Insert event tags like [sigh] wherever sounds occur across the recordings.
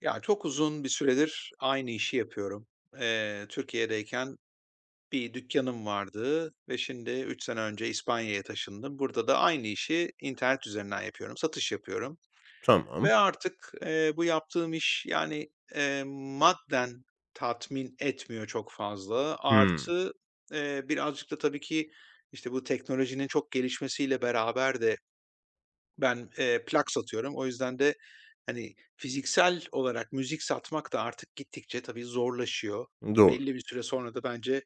Ya, çok uzun bir süredir aynı işi yapıyorum. Türkiye'deyken bir dükkanım vardı ve şimdi 3 sene önce İspanya'ya taşındım. Burada da aynı işi internet üzerinden yapıyorum, satış yapıyorum Tamam. ve artık, bu yaptığım iş, yani, madden tatmin etmiyor çok fazla. Hımm. Artı, birazcık da tabii ki, işte, bu teknolojinin çok gelişmesiyle beraber de ben, plak satıyorum. O yüzden de, hani, fiziksel olarak müzik satmak da artık gittikçe tabii zorlaşıyor. Doğru. Belli bir süre sonra da bence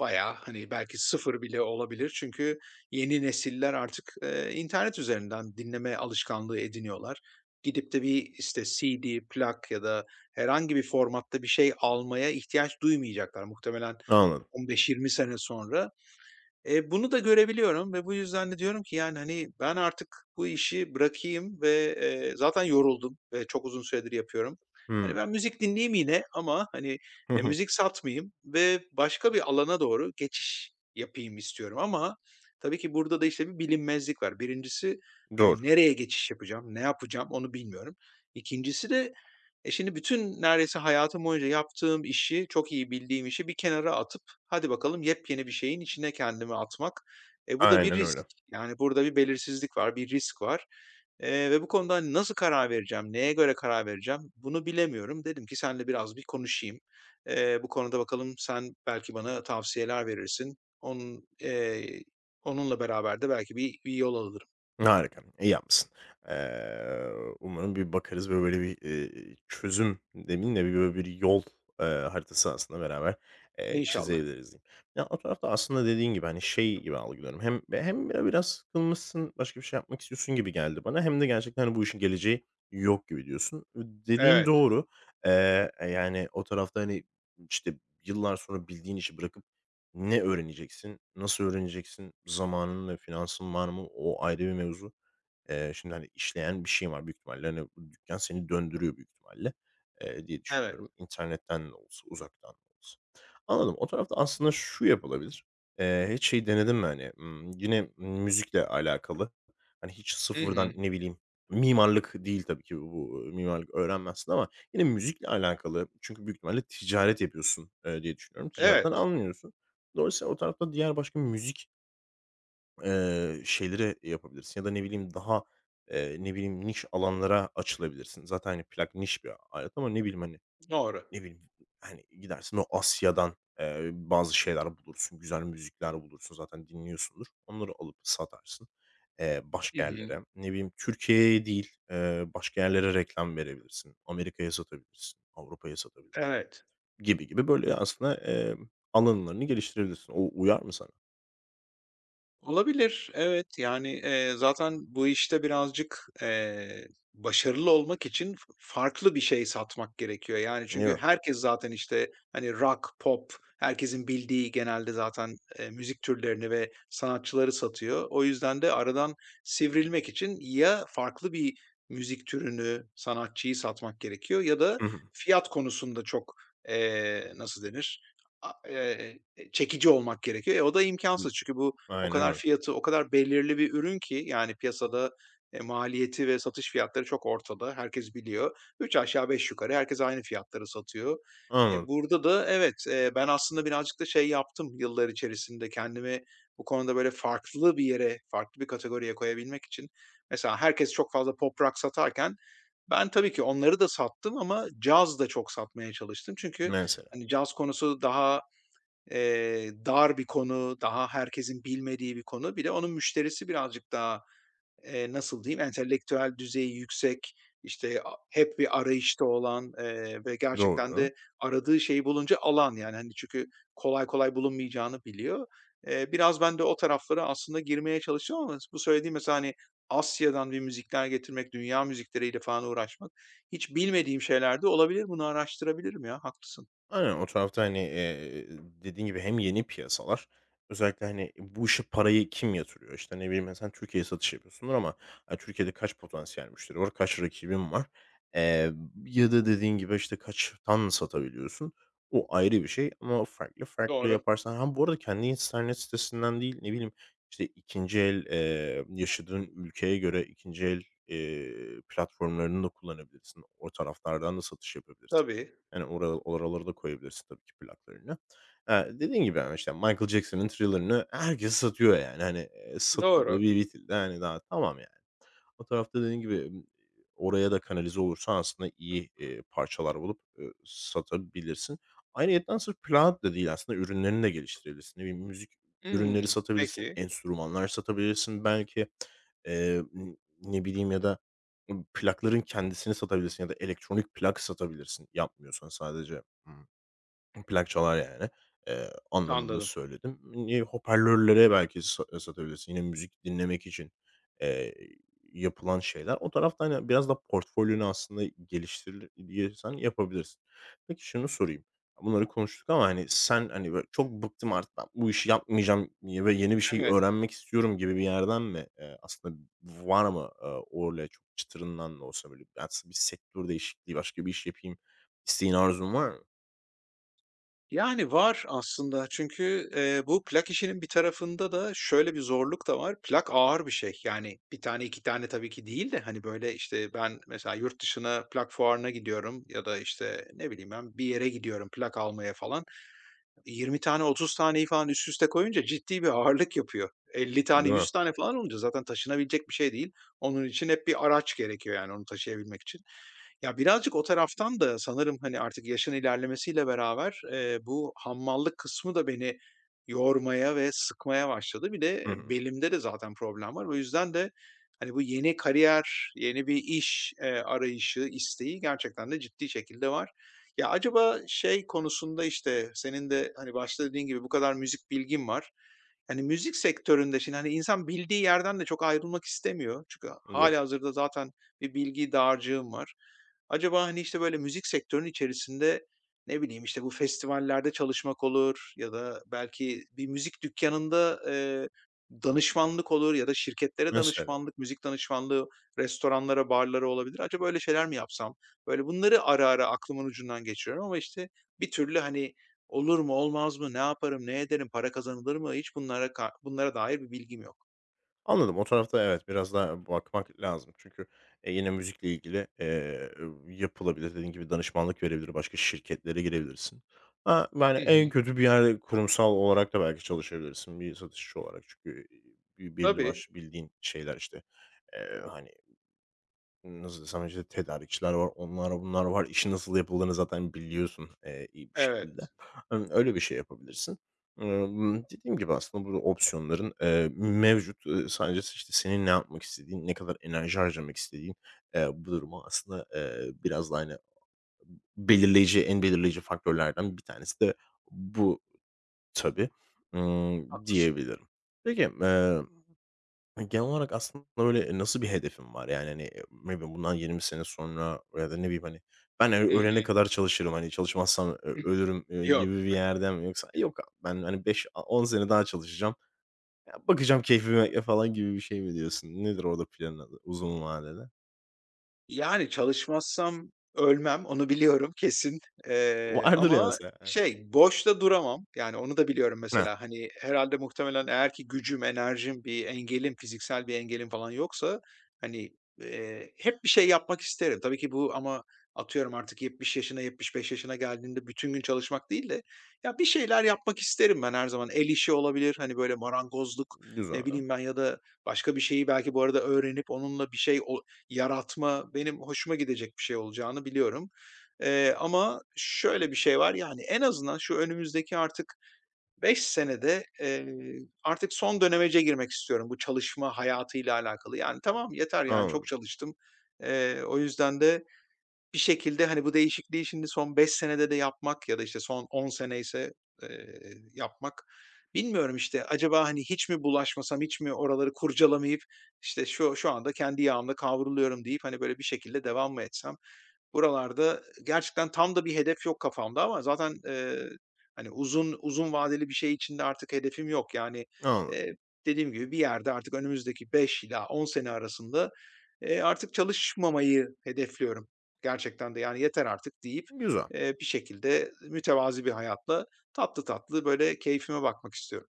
bayağı, hani, belki sıfır bile olabilir. Çünkü yeni nesiller artık, internet üzerinden dinleme alışkanlığı ediniyorlar. Gidip de bir, işte, CD, plak ya da herhangi bir formatta bir şey almaya ihtiyaç duymayacaklar. Muhtemelen Anladım. 15-20 sene sonra bunu da görebiliyorum ve bu yüzden de diyorum ki, yani, hani, ben artık bu işi bırakayım ve, zaten yoruldum ve çok uzun süredir yapıyorum. Hani, Hımm. ben müzik dinleyeyim yine, ama hani, Hı hı. müzik satmayayım ve başka bir alana doğru geçiş yapayım istiyorum, ama tabii ki burada da, işte, bir bilinmezlik var. Birincisi, Doğru. hani, nereye geçiş yapacağım, ne yapacağım onu bilmiyorum. İkincisi de, şimdi bütün neredeyse hayatım boyunca yaptığım işi, çok iyi bildiğim işi bir kenara atıp hadi bakalım yepyeni bir şeyin içine kendimi atmak. Bu da bir Aynen risk. öyle. Yani burada bir belirsizlik var, bir risk var. Ve bu konuda, hani, nasıl karar vereceğim, neye göre karar vereceğim bunu bilemiyorum. Dedim ki seninle biraz bir konuşayım. Bu konuda bakalım sen belki bana tavsiyeler verirsin. Onunla beraber de belki bir yol alırım. Harika. İyi yapmışsın. Eee, Umarım bir bakarız ve böyle bir, çözüm demeyeyim de bir böyle bir yol, haritası aslında beraber, İnşallah. çizebiliriz diyeyim. Ya, o tarafta aslında dediğin gibi, hani, şey gibi algılıyorum. Hem biraz sıkılmışsın, başka bir şey yapmak istiyorsun gibi geldi bana hem de gerçekten, hani, bu işin geleceği yok gibi diyorsun. Dediğin Evet, doğru. Yani, o tarafta, hani, işte, yıllar sonra bildiğin işi bırakıp ne öğreneceksin? Nasıl öğreneceksin? Zamanın ve finansman mı? O ayrı bir mevzu. Şimdi, hani, işleyen bir şey var büyük ihtimalle, hani, bu dükkân seni döndürüyor büyük ihtimalle, diye evet. düşünüyorum. İnternetten de olsa, uzaktan da olsa. Anladım. O tarafta aslında şu yapılabilir. Hiç şey denedin mi, hani, yine müzikle alakalı, hani, hiç Hı hı. sıfırdan, ne bileyim, mimarlık değil tabii ki bu, mimarlık öğrenmezsin ama yine müzikle alakalı çünkü büyük ihtimalle ticaret yapıyorsun, diye düşünüyorum. Ticaretten Evet, anlıyorsun. Dolayısıyla o tarafta diğer başka müzik şeyleri yapabilirsin ya da ne bileyim daha, ne bileyim niş alanlara açılabilirsin. Zaten, hani, plak niş bir alet ama ne bileyim, hani, doğru. ne bileyim, hani, gidersin o Asya'dan, bazı şeyler bulursun, güzel müzikler bulursun, zaten dinliyorsundur. Onları alıp satarsın, Hı başka hı. yerlere. Ne bileyim, Türkiye'ye değil, başka yerlere reklam verebilirsin. Amerika'ya satabilirsin, Avrupa'ya satabilirsin Evet. gibi gibi böyle aslında, alanlarını geliştirebilirsin. O uyar mı sana? Olabilir, evet. Yani, zaten bu işte birazcık, başarılı olmak için farklı bir şey satmak gerekiyor. Yani, Değil çünkü mi? herkes zaten, işte, hani, rock, pop, herkesin bildiği genelde zaten, müzik türlerini ve sanatçıları satıyor. O yüzden de aradan sivrilmek için ya farklı bir müzik türünü, sanatçıyı satmak gerekiyor ya da Hı hı. fiyat konusunda çok, nasıl denir, a çekici olmak gerekiyor. O da Hı. imkansız, çünkü bu o Aynen kadar öyle. fiyatı, o kadar belirli bir ürün ki yani piyasada, maliyeti ve satış fiyatları çok ortada. Herkes biliyor. 3 aşağı 5 yukarı herkes aynı fiyatları satıyor. Anladım. Burada da evet, ben aslında birazcık da şey yaptım yıllar içerisinde, kendimi bu konuda böyle farklı bir yere, farklı bir kategoriye koyabilmek için. Mesela herkes çok fazla pop rock satarken ben tabii ki onları da sattım, ama caz da çok satmaya çalıştım. Çünkü Mesela. hani caz konusu daha dar bir konu, daha herkesin bilmediği bir konu. Bir de onun müşterisi birazcık daha, nasıl diyeyim, entelektüel düzeyi yüksek, işte, hep bir arayışta olan, ve gerçekten Doğru. de aradığı şeyi bulunca alan, yani, hani, çünkü kolay kolay bulunmayacağını biliyor. Biraz ben de o taraflara aslında girmeye çalışıyorum, ama bu söylediğim mesela, hani, Asya'dan bir müzikler getirmek, dünya müzikleriyle falan uğraşmak, hiç bilmediğim şeyler de olabilir. Bunu araştırabilirim ya, haklısın. Aynen o tarafta, hani, dediğin gibi hem yeni piyasalar özellikle, hani, bu işe parayı kim yatırıyor? İşte, ne bileyim, sen Türkiye'ye satış yapıyorsundur ama, Türkiye'de kaç potansiyel müşteri var? Kaç rakibin var? Eee, Ya da dediğin gibi, işte, kaç kaçtan satabiliyorsun? O ayrı bir şey ama farklı farklı Doğru. yaparsan, ha, bu arada kendi internet sitesinden değil, ne bileyim, işte, 2'nci el, yaşadığın ülkeye göre 2'nci el, platformlarını da kullanabilirsin. O taraflardan da satış yapabilirsin. Tabii, Yani oralara da koyabilirsin tabii ki plaklarını. Dediğin gibi, yani, işte, Michael Jackson'ın Thriller'ını herkes satıyor yani. Hani, satıldı, doğru. bir bitildi. Hani, daha tamam yani. O tarafta dediğin gibi, oraya da kanalize olursa aslında iyi, parçalar bulup, satabilirsin. Ayrıyeten sırf plak da değil aslında ürünlerini de geliştirebilirsin. Ne bileyim, müzik ürünleri Hımm, satabilirsin, peki, enstrümanlar satabilirsin belki. N Ne bileyim ya da, plakların kendisini satabilirsin ya da elektronik plak satabilirsin yapmıyorsan sadece. Plak çalar yani, anlamında anladım. söyledim. Hoparlörlere belki satabilirsin. Yine müzik dinlemek için, eee, yapılan şeyler. O tarafta, hani, biraz da portfolyonu aslında geliştirir geliştirirsen yapabilirsin. Peki şunu sorayım. Bunları konuştuk ama, hani, sen, hani, böyle, "Çok bıktım artık ben bu işi yapmayacağım ye ve yeni bir şey Evet. öğrenmek istiyorum." gibi bir yerden mi? Aslında var mı, öyle çok çıtırından da olsa böyle, "Aslında bir sektör değişikliği, başka bir iş yapayım." isteğin, arzun var mı? Yani, var aslında, çünkü, bu plak işinin bir tarafında da şöyle bir zorluk da var. Plak ağır bir şey. Yani bir tane 2 tane tabii ki değil de, hani, böyle, işte, ben mesela yurt dışına plak fuarına gidiyorum ya da, işte, ne bileyim ben, bir yere gidiyorum plak almaya falan. 20 tane 30 taneyi falan üst üste koyunca ciddi bir ağırlık yapıyor. Elli Değil tane mi? 100 tane falan olunca zaten taşınabilecek bir şey değil. Onun için hep bir araç gerekiyor yani onu taşıyabilmek için. Ya, birazcık o taraftan da sanırım, hani, artık yaşın ilerlemesiyle beraber, bu hammallık kısmı da beni yormaya ve sıkmaya başladı. Bir Hı de hı. belimde de zaten problem var. O yüzden de, hani, bu yeni kariyer, yeni bir iş, arayışı, isteği gerçekten de ciddi şekilde var. Ya, acaba şey konusunda, işte, senin de, hani, başta dediğin gibi bu kadar müzik bilgin var. Yani müzik sektöründe şimdi, hani, insan bildiği yerden de çok ayrılmak istemiyor. Çünkü Doğru. hâlihazırda zaten bir bilgi dağarcığın var. Acaba, hani, işte, böyle, müzik sektörünün içerisinde, ne bileyim, işte, bu festivallerde çalışmak olur ya da belki bir müzik dükkanında danışmanlık olur ya da şirketlere Mesela. danışmanlık, müzik danışmanlığı, restoranlara, barlara olabilir. Acaba öyle şeyler mi yapsam? Böyle, bunları ara ara aklımın ucundan geçiriyorum, ama, işte, bir türlü, hani, olur mu, olmaz mı, ne yaparım, ne ederim, para kazanılır mı? Hiç bunlara dair bir bilgim yok. Anladım. O tarafta evet, biraz daha bakmak lazım. Çünkü, yine müzikle ilgili, yapılabilir. Dediğin gibi danışmanlık verebilir, başka şirketlere girebilirsin. Ha, yani Hı en hı. kötü bir yerde kurumsal olarak da belki çalışabilirsin bir satışçı olarak. Çünkü, belli Tabii, başlı bildiğin şeyler işte, hani, nasıl desem, işte, tedarikçiler var, onlar, bunlar var. İşin nasıl yapıldığını zaten biliyorsun, iyi bir şekilde. evet, Hani, öyle bir şey yapabilirsin. Dediğim gibi aslında bu opsiyonların, mevcut. Sadece, işte, senin ne yapmak istediğin, ne kadar enerji harcamak istediğin, bu durumu aslında, biraz da, hani, belirleyici, en belirleyici faktörlerden bir tanesi de bu tabii, haklısın. diyebilirim. Peki, hani, genel olarak aslında öyle nasıl bir hedefin var? Yani, hani, ne bileyim bundan 20 sene sonra ya da ne bileyim, hani, ben, hani, Hı ölene hı. kadar çalışırım, hani, çalışmazsam ölürüm, [clears throat] Yok. gibi bir yerden mi yoksa yok abi ben, hani, beş on 10 sene daha çalışacağım, ya, bakacağım keyfime [laughs] ya falan gibi bir şey mi diyorsun? Nedir orada planın adı uzun vadede? Yani çalışmazsam ölmem, onu biliyorum [laughs] kesin. Vardır ya Ama mesela. şey, boş da duramam. Yani onu da biliyorum Heh, mesela. Hani, herhalde muhtemelen eğer ki gücüm, enerjim, bir engelim, fiziksel bir engelim falan yoksa, hani, hep bir şey yapmak isterim. Tabii ki bu ama atıyorum artık 70 yaşına, 75 yaşına geldiğinde bütün gün çalışmak değil de ya, bir şeyler yapmak isterim ben her zaman. El işi olabilir, hani, böyle marangozluk, ne güzel. bileyim ben ya da başka bir şeyi belki bu arada öğrenip onunla bir şey o yaratma benim hoşuma gidecek bir şey olacağını biliyorum. Ama şöyle bir şey var, yani, en azından şu önümüzdeki artık 5 senede, artık son dönemece girmek istiyorum bu çalışma hayatıyla alakalı. Yani, tamam yeter, yani, çok Anladım, çalıştım. O yüzden de, bir şekilde, hani, bu değişikliği şimdi son 5 senede de yapmak ya da, işte, son 10 seneyse, eee, yapmak, bilmiyorum, işte, acaba, hani, hiç mi bulaşmasam, hiç mi oraları kurcalamayıp, işte, şu anda kendi yağımda kavruluyorum deyip, hani, böyle, bir şekilde devam mı etsem? Buralarda gerçekten tam da bir hedef yok kafamda, ama zaten, hani, uzun uzun vadeli bir şey içinde artık hedefim yok. Yani, anladım. eee, dediğim gibi bir yerde artık önümüzdeki 5 ila 10 sene arasında, artık çalışmamayı hedefliyorum. Gerçekten de, yani, yeter artık deyip, Güzel. Bir şekilde mütevazi bir hayatla tatlı tatlı böyle keyfime bakmak istiyorum.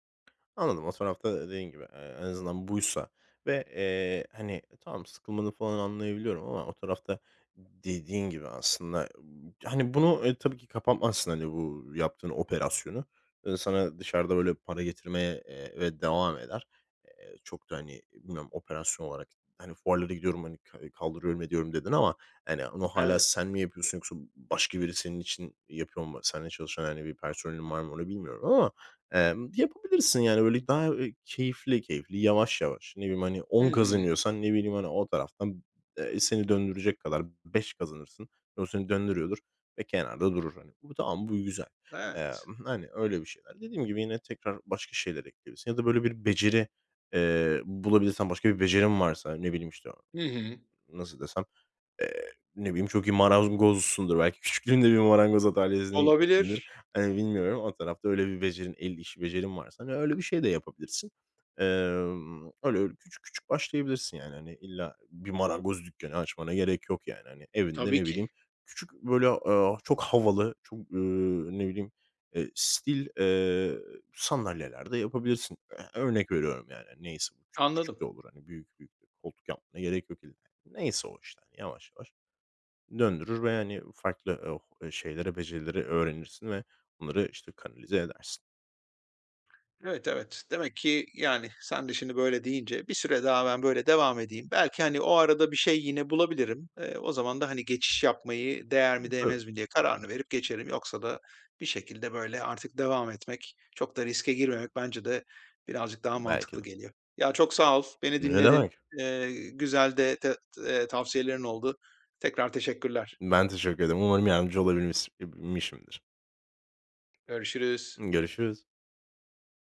Anladım. O tarafta dediğin gibi, en azından buysa ve, hani, tamam sıkılmanı falan anlayabiliyorum ama o tarafta dediğin gibi aslında, hani, bunu, tabii ki kapatmazsın, hani, bu yaptığın operasyonu. Sana dışarıda böyle para getirmeye, ve devam eder. Çok da, hani, bilmiyorum operasyon olarak, hani, "Fuarlara gidiyorum, hani, kaldırıyorum ediyorum." dedin ama, hani, onu hala Evet. sen mi yapıyorsun yoksa başka biri senin için yapıyor mu? Seninle çalışan, hani, bir personelin var mı onu bilmiyorum ama yapabilirsin yani, böyle, daha, keyifli keyifli, yavaş yavaş, ne bileyim, hani, Hı 10 hı. kazanıyorsan, ne bileyim, hani, o taraftan, seni döndürecek kadar 5 kazanırsın, o seni döndürüyordur ve kenarda durur, hani. Bu tamam, bu güzel. Evet. Hani, öyle bir şeyler. Dediğim gibi yine tekrar başka şeyler ekleyebilirsin ya da böyle bir beceri, bulabilirsen, başka bir becerim varsa, ne bileyim, işte, Hı hı. nasıl desem, Eee, ne bileyim, çok iyi marangozsundur belki. [laughs] Küçüklüğünde bir marangoz atölyesine gitmişsindir. Olabilir. Hani, bilmiyorum, o tarafta öyle bir becerin, el işi becerin varsa, hani, öyle bir şey de yapabilirsin. Öyle öyle küçük küçük başlayabilirsin yani. Hani, illa bir marangoz dükkanı açmana gerek yok yani. Hani, evinde Tabii ne bileyim, ki. küçük böyle, çok havalı, çok, ne bileyim, stil, sandalyeler de yapabilirsin. Örnek veriyorum yani. Hani, neyse bu küçük küçük de Anladım. olur. Hani, büyük büyük de koltuk yapmana gerek yok illa. Neyse o işte, hani, yavaş yavaş döndürür ve, yani farklı, şeylere, becerileri öğrenirsin ve onları, işte, kanalize edersin. Evet, evet. Demek ki, yani, sen de şimdi böyle deyince bir süre daha ben böyle devam edeyim. Belki, hani, o arada bir şey yine bulabilirim. O zaman da, hani, geçiş yapmayı değer mi Hı, tabii, değmez mi diye kararını verip geçerim. Yoksa da bir şekilde böyle artık devam etmek, çok da riske girmemek bence de birazcık daha belki mantıklı de. geliyor. Ya, çok sağ ol, beni Ne dinledin. demek. Güzel de te tavsiyelerin oldu. Tekrar teşekkürler. Ben teşekkür ederim. Umarım yardımcı olabilmiş Görüşürüz. Görüşürüz.